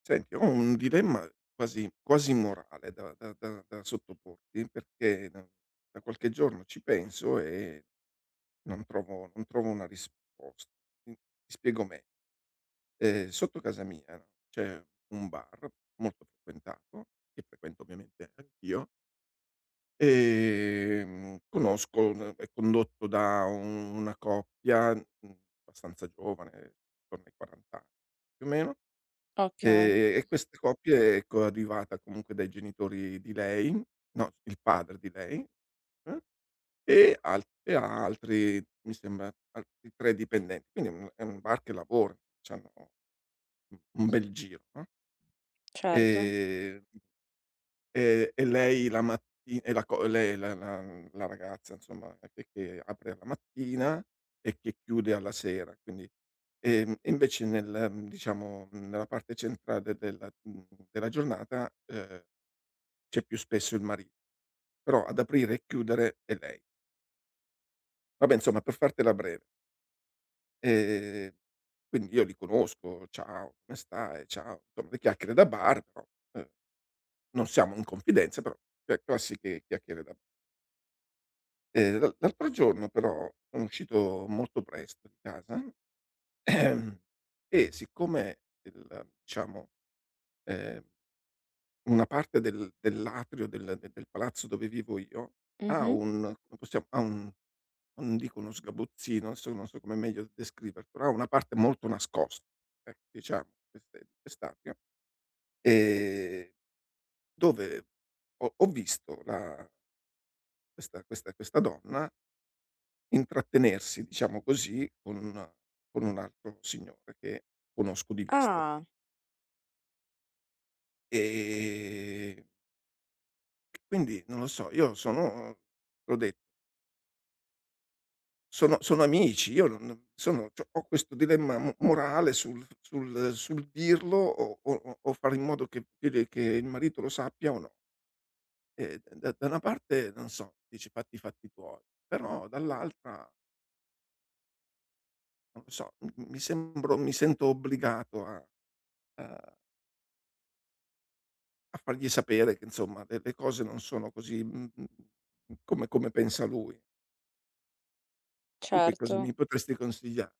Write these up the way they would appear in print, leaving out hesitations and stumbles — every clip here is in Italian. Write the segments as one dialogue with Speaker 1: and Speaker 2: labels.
Speaker 1: Senti, ho un dilemma quasi quasi morale da sottoporti perché da qualche giorno ci penso e non trovo una risposta. Ti spiego meglio. Sotto casa mia, no, c'è un bar molto frequentato, che frequento ovviamente anch'io. Conosco n È condotto da una coppia, mhmm, abbastanza giovane, intorno ai 40 anni più o meno.
Speaker 2: Okay,
Speaker 1: E queste coppie, ecco, è arrivata comunque dai genitori di lei, no, il padre di lei, eh, e al e ha altri, mi sembra, altri 3 dipendenti. Quindi è un bar che lavora, c'hanno un bel giro, no.
Speaker 2: certo.
Speaker 1: Ehm Ehm, e lei, la matti e la co lei la la mhmm, la ragazza, insomma, che apre alla mattina e che chiude alla sera. E invece nel, diciamo, nella parte centrale della, della giornata, c'è più spesso il mari però ad aprire e chiudere è lei. Vabbè, insomma, per fartela breve, ehm, quindi io li conosco: "Ciao, come stai? Ciao", insomma, le chiacchiere da bar. Però, ehm, non siamo in confidenza, però, cioè, classiche chiacchiere da bar. L'altro giorno però sono uscito molto presto di casa e siccome, il diciamo, ehm, una parte dell'atrio del palazzo dove vivo io ha
Speaker 2: Mh-mh.
Speaker 1: un, come possiamo, ha un, non dico uno sgabuzzino, adesso non so come meglio descriverlo, però ha una parte molto nascosta, ecco, diciamo, queste quest'atrio, ehm, dove ho visto la, questa donna intrattenersi, diciamo così, con un altro signore che conosco di vista.
Speaker 2: Ah,
Speaker 1: Ehm, e quindi non lo so, io sono, t'ho detto, sono amici, io non sono, c'ho ho questo dilemma mo morale sul sul dirlo, o fare in modo che il marito lo sappia o no. E da una parte non so, dici: "Fatti i fatti tuoi", però dall'altra non lo so, m mi sembro mi sento obbligato a A fargli sapere che, insomma, le cose non sono così, mhmm, mhmm, come come pensa lui. Tu che cosa
Speaker 2: certo.
Speaker 1: mi potresti consiglia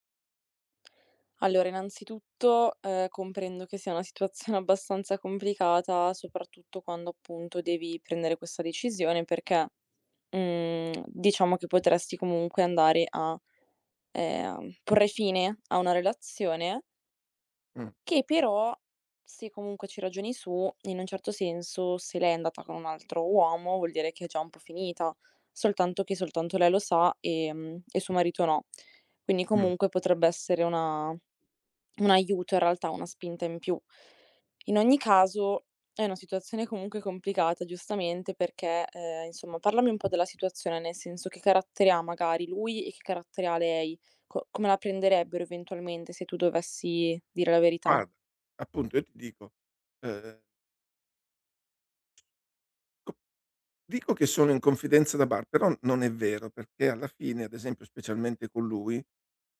Speaker 2: Allora innanzitutto, comprendo che sia una situazione abbastanza complicata, soprattutto quando appunto devi prendere questa decisione perché, diciamo che potresti comunque andare a, porre fine a una relazione,
Speaker 1: mh,
Speaker 2: che però, se comunque ci ragioni su, in un certo senso, se lei è andata con un altro uomo, vuol dire che è già un po' finita, soltanto che soltanto lei lo sa, e suo marito no. Quindi
Speaker 1: mh.
Speaker 2: comunque potrebbe essere una un aiuto in realtà, una spinta in più. In ogni caso è una situazione comunque complicata, giustamente, perché, insomma, parlami un po' della situazione, nel senso che carattere ha magari lui e che carattere ha lei, co come la prenderebbero eventualmente se tu dovessi dire la verità?
Speaker 1: Guarda, appunto io ti dico, ehm co dico che sono in confidenza da bar, però non è vero, perché alla fine, ad esempio, specialmente con lui,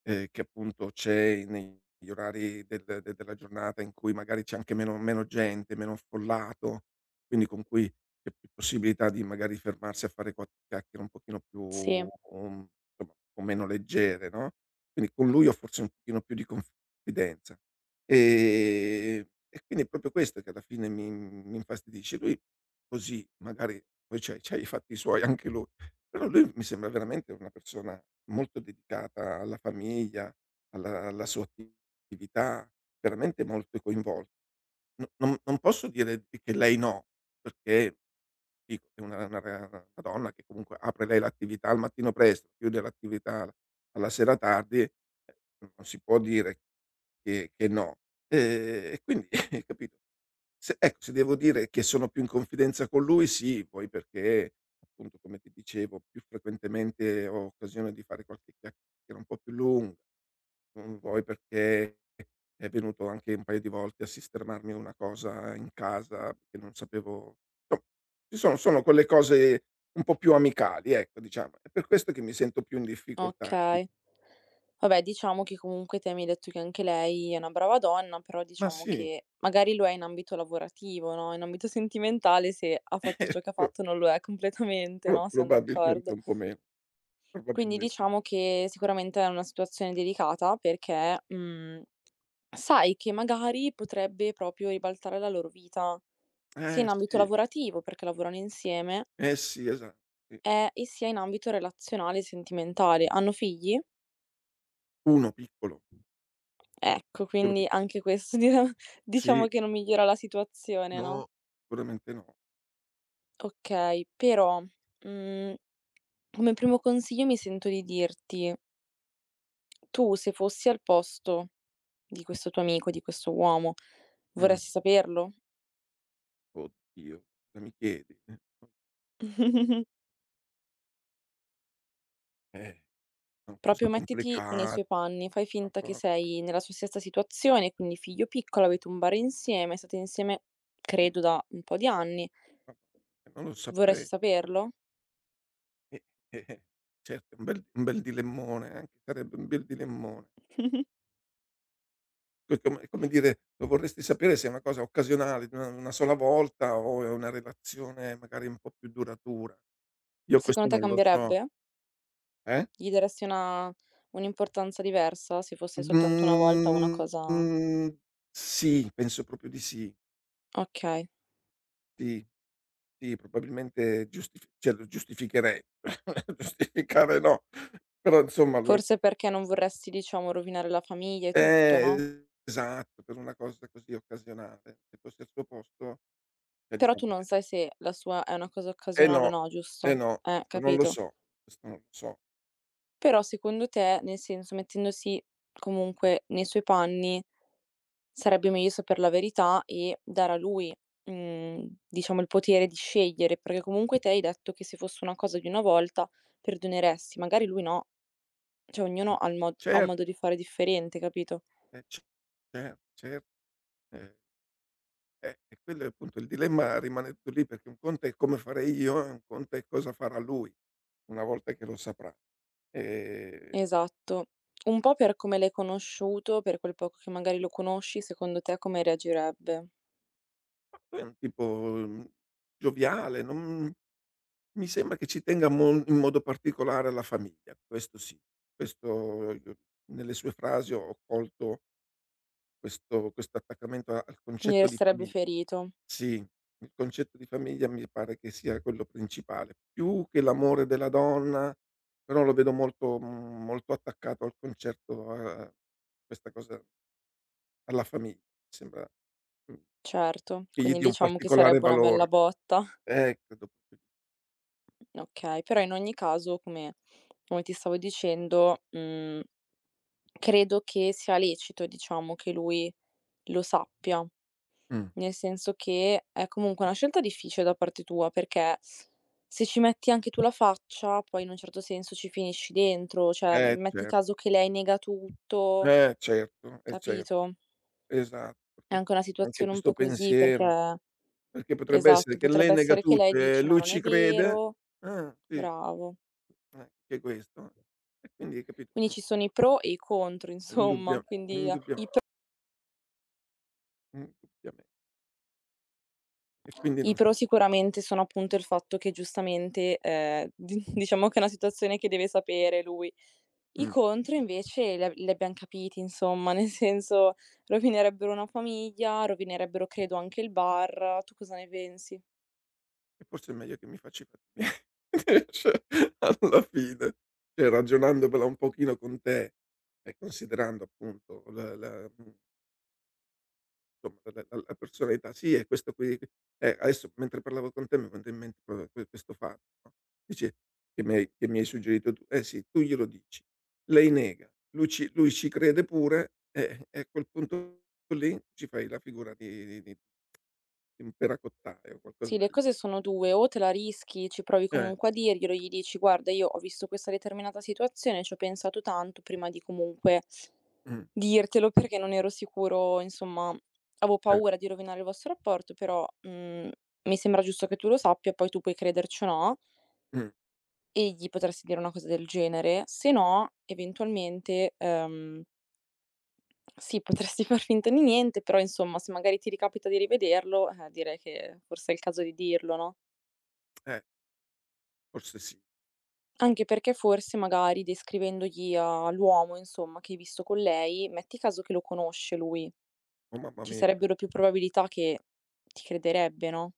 Speaker 1: che appunto c'è negli orari della giornata in cui magari c'è anche meno meno gente, meno affollato, quindi con cui c'è più possibilità di magari fermarsi a fare qualche chiacchiera un pochino più,
Speaker 2: Sì,
Speaker 1: mhmm, insomma, un po' meno leggere, no, quindi con lui ho forse un pochino più di confidenza. E quindi è proprio questo che alla fine mi infastidisce. Lui, così, magari, poi c'ha i fatti suoi anche lui, però lui mi sembra veramente una persona molto dedicata alla famiglia, alla sua attività, veramente molto coinvol no, non posso dire che lei no, perché dico è una donna che comunque apre lei l'attività al mattino presto, chiude l'attività alla sera tardi, non si può dire che no. E quindi capito, se, ecco, se devo dire che sono più in confidenza con lui, sì, poi perché, appunto, come ti dicevo, più frequentemente ho occasione di fare qualche chiacchiera un po' più lunga, mhmm, poi perché è venuto anche un paio di volte a sistemarmi una cosa in casa che non sapevo, insomma, ci sono sono quelle cose un po' più amicali, ecco, diciamo. È per questo che mi sento più in difficoltà qui.
Speaker 2: okay. Vabbè, diciamo che comunque te mi hai detto che anche lei è una brava donna, però
Speaker 1: Ma
Speaker 2: diciamo
Speaker 1: sì,
Speaker 2: che magari lo è in ambito lavorativo, no, in ambito sentimentale se ha fatto
Speaker 1: eh,
Speaker 2: ciò che ha
Speaker 1: pro
Speaker 2: fatto non lo è completamente, no, siam
Speaker 1: probabilmente
Speaker 2: d'accordo.
Speaker 1: un po' meno,
Speaker 2: Quindi
Speaker 1: probabilmente.
Speaker 2: diciamo che sicuramente è una situazione delicata perché, sai che magari potrebbe proprio ribaltare la loro vita, sia in
Speaker 1: Eh
Speaker 2: ambito
Speaker 1: sì,
Speaker 2: lavorativo perché lavorano insieme,
Speaker 1: eh sì, esa.
Speaker 2: e sia in ambito relazionale e sentimentale. Hanno figli?
Speaker 1: 1 piccolo,
Speaker 2: Ecco,
Speaker 1: quello
Speaker 2: quindi
Speaker 1: pic,
Speaker 2: anche questo dia
Speaker 1: sì,
Speaker 2: diciamo che non migliora la situazione, no.
Speaker 1: no, sicuramente no.
Speaker 2: Okay, però, mhmm, come primo consiglio mi sento di dirti: tu se fossi al posto di questo tuo amico, di questo uomo,
Speaker 1: Mh,
Speaker 2: vorresti saperlo?
Speaker 1: oddio, cosa mi chiedi? Eh, son cose
Speaker 2: Proprio mettiti nei
Speaker 1: complicate,
Speaker 2: suoi panni, fai finta che sei nella sua stessa situazione, quindi figlio piccolo, avete un bar insieme, state insieme credo da un po' di anni.
Speaker 1: non lo
Speaker 2: Vorresti
Speaker 1: saprei.
Speaker 2: saperlo?
Speaker 1: Eh, eh, certo, un bel dilemmone, anche sarebbe un bel dilemmone. Poi, come è come dire, lo vorresti sapere se è una cosa occasionale di una sola volta o è una relazione magari un po' più duratura. Io questo
Speaker 2: Secondo te
Speaker 1: non lo so.
Speaker 2: cambierebbe?
Speaker 1: Eh?
Speaker 2: Gli daresti una un'importanza diversa se fosse soltanto una volta una cosa
Speaker 1: Mhmm, sì, penso proprio di sì.
Speaker 2: okay.
Speaker 1: Sì, sì, probabilmente giustifi cioè lo giustificherei. Giustificare no, però insomma lo,
Speaker 2: Forse perché non vorresti, diciamo, rovinare la famiglia e tutto, no,
Speaker 1: esatto, per una cosa così occasionale. Se fossi al suo posto, cioè
Speaker 2: però tu
Speaker 1: diciamo
Speaker 2: non
Speaker 1: che,
Speaker 2: sai se la sua è una cosa
Speaker 1: eh
Speaker 2: occasionale o
Speaker 1: no,
Speaker 2: no,
Speaker 1: eh
Speaker 2: giusto?
Speaker 1: no, questo non lo
Speaker 2: Capito.
Speaker 1: so, questo non lo so.
Speaker 2: Però secondo te, nel senso, mettendosi comunque nei suoi panni, sarebbe meglio saper la verità e dare a lui, diciamo il potere di scegliere, perché comunque te hai detto che se fosse una cosa di una volta perdoneresti, magari lui no. Cioè ognuno ha il mod ha un modo di
Speaker 1: Certo,
Speaker 2: fare differente, capito?
Speaker 1: ce cer cer eh, e quello è appunto il dilemma, rimane tutto lì, perché un conto è come farei io e un conto è cosa farà lui, una volta che lo saprà. Ehm.
Speaker 2: Esatto. Un po' per come l'hai conosciuto, per quel poco che magari lo conosci, secondo te come reagirebbe?
Speaker 1: Lui è un tipo, mhmm, gioviale, non mi sembra che ci tenga mol in modo particolare alla famiglia, questo sì. Questo io nelle sue frasi ho colto questo attaccamento a al
Speaker 2: Quindi
Speaker 1: concetto di
Speaker 2: resterebbe
Speaker 1: famiglia.
Speaker 2: ferito,
Speaker 1: Sì, il concetto di famiglia mi pare che sia quello principale, più che l'amore della donna, però lo vedo molto, mhmm, molto attaccato al concetto a questa cosa alla famiglia. Mi sembra, mhmm,
Speaker 2: certo.
Speaker 1: che gli
Speaker 2: Quindi
Speaker 1: dia un
Speaker 2: diciamo che
Speaker 1: particolare
Speaker 2: sarebbe una bella
Speaker 1: valore.
Speaker 2: botta.
Speaker 1: Credo proprio di.
Speaker 2: Okay, però in ogni caso come come ti stavo dicendo, credo che sia lecito, diciamo, che lui lo sappia.
Speaker 1: Mh.
Speaker 2: Nel senso che è comunque una scelta difficile da parte tua, perché se ci metti anche tu la faccia, poi in un certo senso ci finisci dentro, cioè metti
Speaker 1: Cer
Speaker 2: caso che lei nega tutto,
Speaker 1: eh certo, cer
Speaker 2: capito?
Speaker 1: esatto,
Speaker 2: È
Speaker 1: perché
Speaker 2: anche una
Speaker 1: anche
Speaker 2: situazione un
Speaker 1: questo
Speaker 2: po' così
Speaker 1: pensiero,
Speaker 2: perché
Speaker 1: perché potrebbe
Speaker 2: esatto,
Speaker 1: essere che lei
Speaker 2: potrebbe
Speaker 1: nega
Speaker 2: essere che lei
Speaker 1: tutto e
Speaker 2: dice: "Ma
Speaker 1: lui
Speaker 2: non è
Speaker 1: ci crede,
Speaker 2: vero",
Speaker 1: ah, sì,
Speaker 2: bravo.
Speaker 1: anche questo. E quindi hai capito,
Speaker 2: Quindi
Speaker 1: no,
Speaker 2: ci sono i pro e i contro
Speaker 1: indubbia
Speaker 2: insomma, quindi a
Speaker 1: indubbia indubbiamente. E quindi
Speaker 2: i
Speaker 1: non so.
Speaker 2: pro sicuramente sono appunto il fatto che giustamente, di diciamo che è una situazione che deve sapere lui. I
Speaker 1: Mh.
Speaker 2: contro invece li abbiam capiti insomma, nel senso rovinerebbero una famiglia, rovinerebbero credo anche il bar. Tu cosa ne pensi?
Speaker 1: E forse è meglio che mi faccio i fatti miei. Cioè, alla fine, cioè, ragionandomela un pochino con te e considerando appunto la, mhmm, insomma, alla personalità. Sì, è questo qui, adesso mentre parlavo con te mi è venuto in mente proprio questo fatto, no, dice che mi hai suggerito tu. Eh sì, tu glielo dici, lei nega, lui ci crede pure e a quel punto lì ci fai la figura di di un peracottaio o qualcosa
Speaker 2: Sì, le
Speaker 1: del
Speaker 2: cose
Speaker 1: genere.
Speaker 2: sono 2: o te la rischi, ci provi
Speaker 1: Eh,
Speaker 2: comunque a dirglielo, gli dici: "Guarda, io ho visto questa determinata situazione, ci ho pensato tanto prima di comunque
Speaker 1: mh,
Speaker 2: dirtelo perché non ero sicuro, insomma, avevo
Speaker 1: eh,
Speaker 2: paura di rovinare il vostro rapporto, però, mi sembra giusto che tu lo sappia, poi tu puoi crederci o no".
Speaker 1: mh,
Speaker 2: E gli potresti dire una cosa del genere, se no eventualmente, sì, potresti far finta di niente, però insomma se magari ti ricapita di rivederlo, direi che forse è il caso di dirlo, no,
Speaker 1: eh, forse sì.
Speaker 2: anche perché forse magari descrivendogli a l'uomo, insomma, che hai visto con lei, metti caso che lo conosce lui,
Speaker 1: Oh mamma
Speaker 2: ci
Speaker 1: mia.
Speaker 2: sarebbero più probabilità che ti crederebbe, no,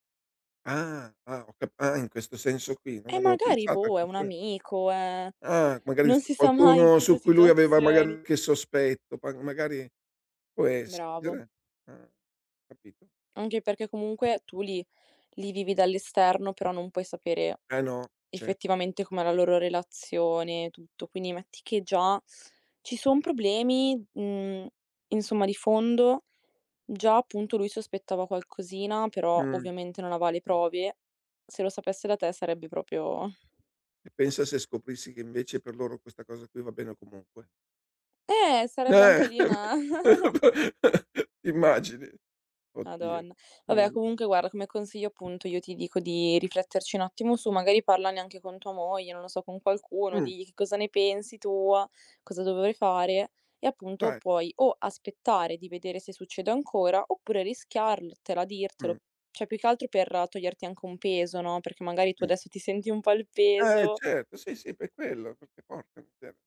Speaker 1: Ah, ah ho cap ah, in questo senso qui, non avevo
Speaker 2: magari
Speaker 1: pensato a
Speaker 2: boh, è un
Speaker 1: questa.
Speaker 2: amico, è
Speaker 1: Ah, magari
Speaker 2: non
Speaker 1: su
Speaker 2: si sa mai in
Speaker 1: qualcuno
Speaker 2: queste
Speaker 1: su cui lui aveva magari
Speaker 2: situazioni.
Speaker 1: qualche sospetto, pa magari può essere.
Speaker 2: Bravo,
Speaker 1: Eh, ah, capito.
Speaker 2: anche perché comunque tu li li vivi dall'esterno, però non puoi sapere
Speaker 1: Eh no, cer,
Speaker 2: effettivamente com'è la loro relazione, tutto. Quindi metti che già ci son problemi, insomma di fondo, già appunto lui sospettava qualcosina, però
Speaker 1: mh.
Speaker 2: ovviamente non aveva le prove. Se lo sapesse da te sarebbe proprio
Speaker 1: E pensa se scoprissi che invece per loro questa cosa qui va bene comunque.
Speaker 2: sarebbe anche
Speaker 1: Eh!
Speaker 2: lì una
Speaker 1: Immagini. Oddio.
Speaker 2: Madonna. Vabbè,
Speaker 1: Mh.
Speaker 2: comunque guarda, come consiglio appunto io ti dico di rifletterci un attimo su, magari parlane anche con tua moglie, non lo so, con qualcuno,
Speaker 1: Mh.
Speaker 2: digli che cosa ne pensi tu, cosa dovrei fare e appunto
Speaker 1: Dai.
Speaker 2: puoi o aspettare di vedere se succede ancora oppure rischiartela, dirtelo.
Speaker 1: Mh.
Speaker 2: Cioè più che altro per toglierti anche un peso, no, perché magari tu
Speaker 1: Sì.
Speaker 2: adesso ti senti un po' il
Speaker 1: Eh
Speaker 2: peso,
Speaker 1: certo, sì, sì, per quello, perché porca miseria,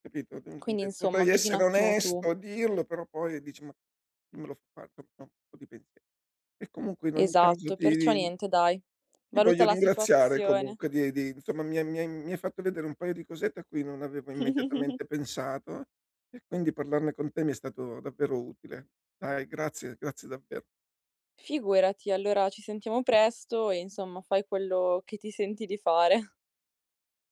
Speaker 1: capito,
Speaker 2: quindi insomma
Speaker 1: vorrei
Speaker 2: vedi un
Speaker 1: essere
Speaker 2: attimo tu.
Speaker 1: onesto, dirlo, però poi dici: "Ma chi me lo fa fare?" un po' di pensiero. E comunque in ogni caso
Speaker 2: Esatto, perciò
Speaker 1: ti,
Speaker 2: niente dai,
Speaker 1: ti
Speaker 2: valuta
Speaker 1: voglio
Speaker 2: la
Speaker 1: ringraziare
Speaker 2: situazione.
Speaker 1: comunque di insomma mi hai fatto vedere un paio di cosette a cui non avevo immediatamente pensato e quindi parlarne con te mi è stato davvero utile. Dai grazie, grazie davvero.
Speaker 2: Figurati, allora ci sentiamo presto e insomma fai quello che ti senti di fare.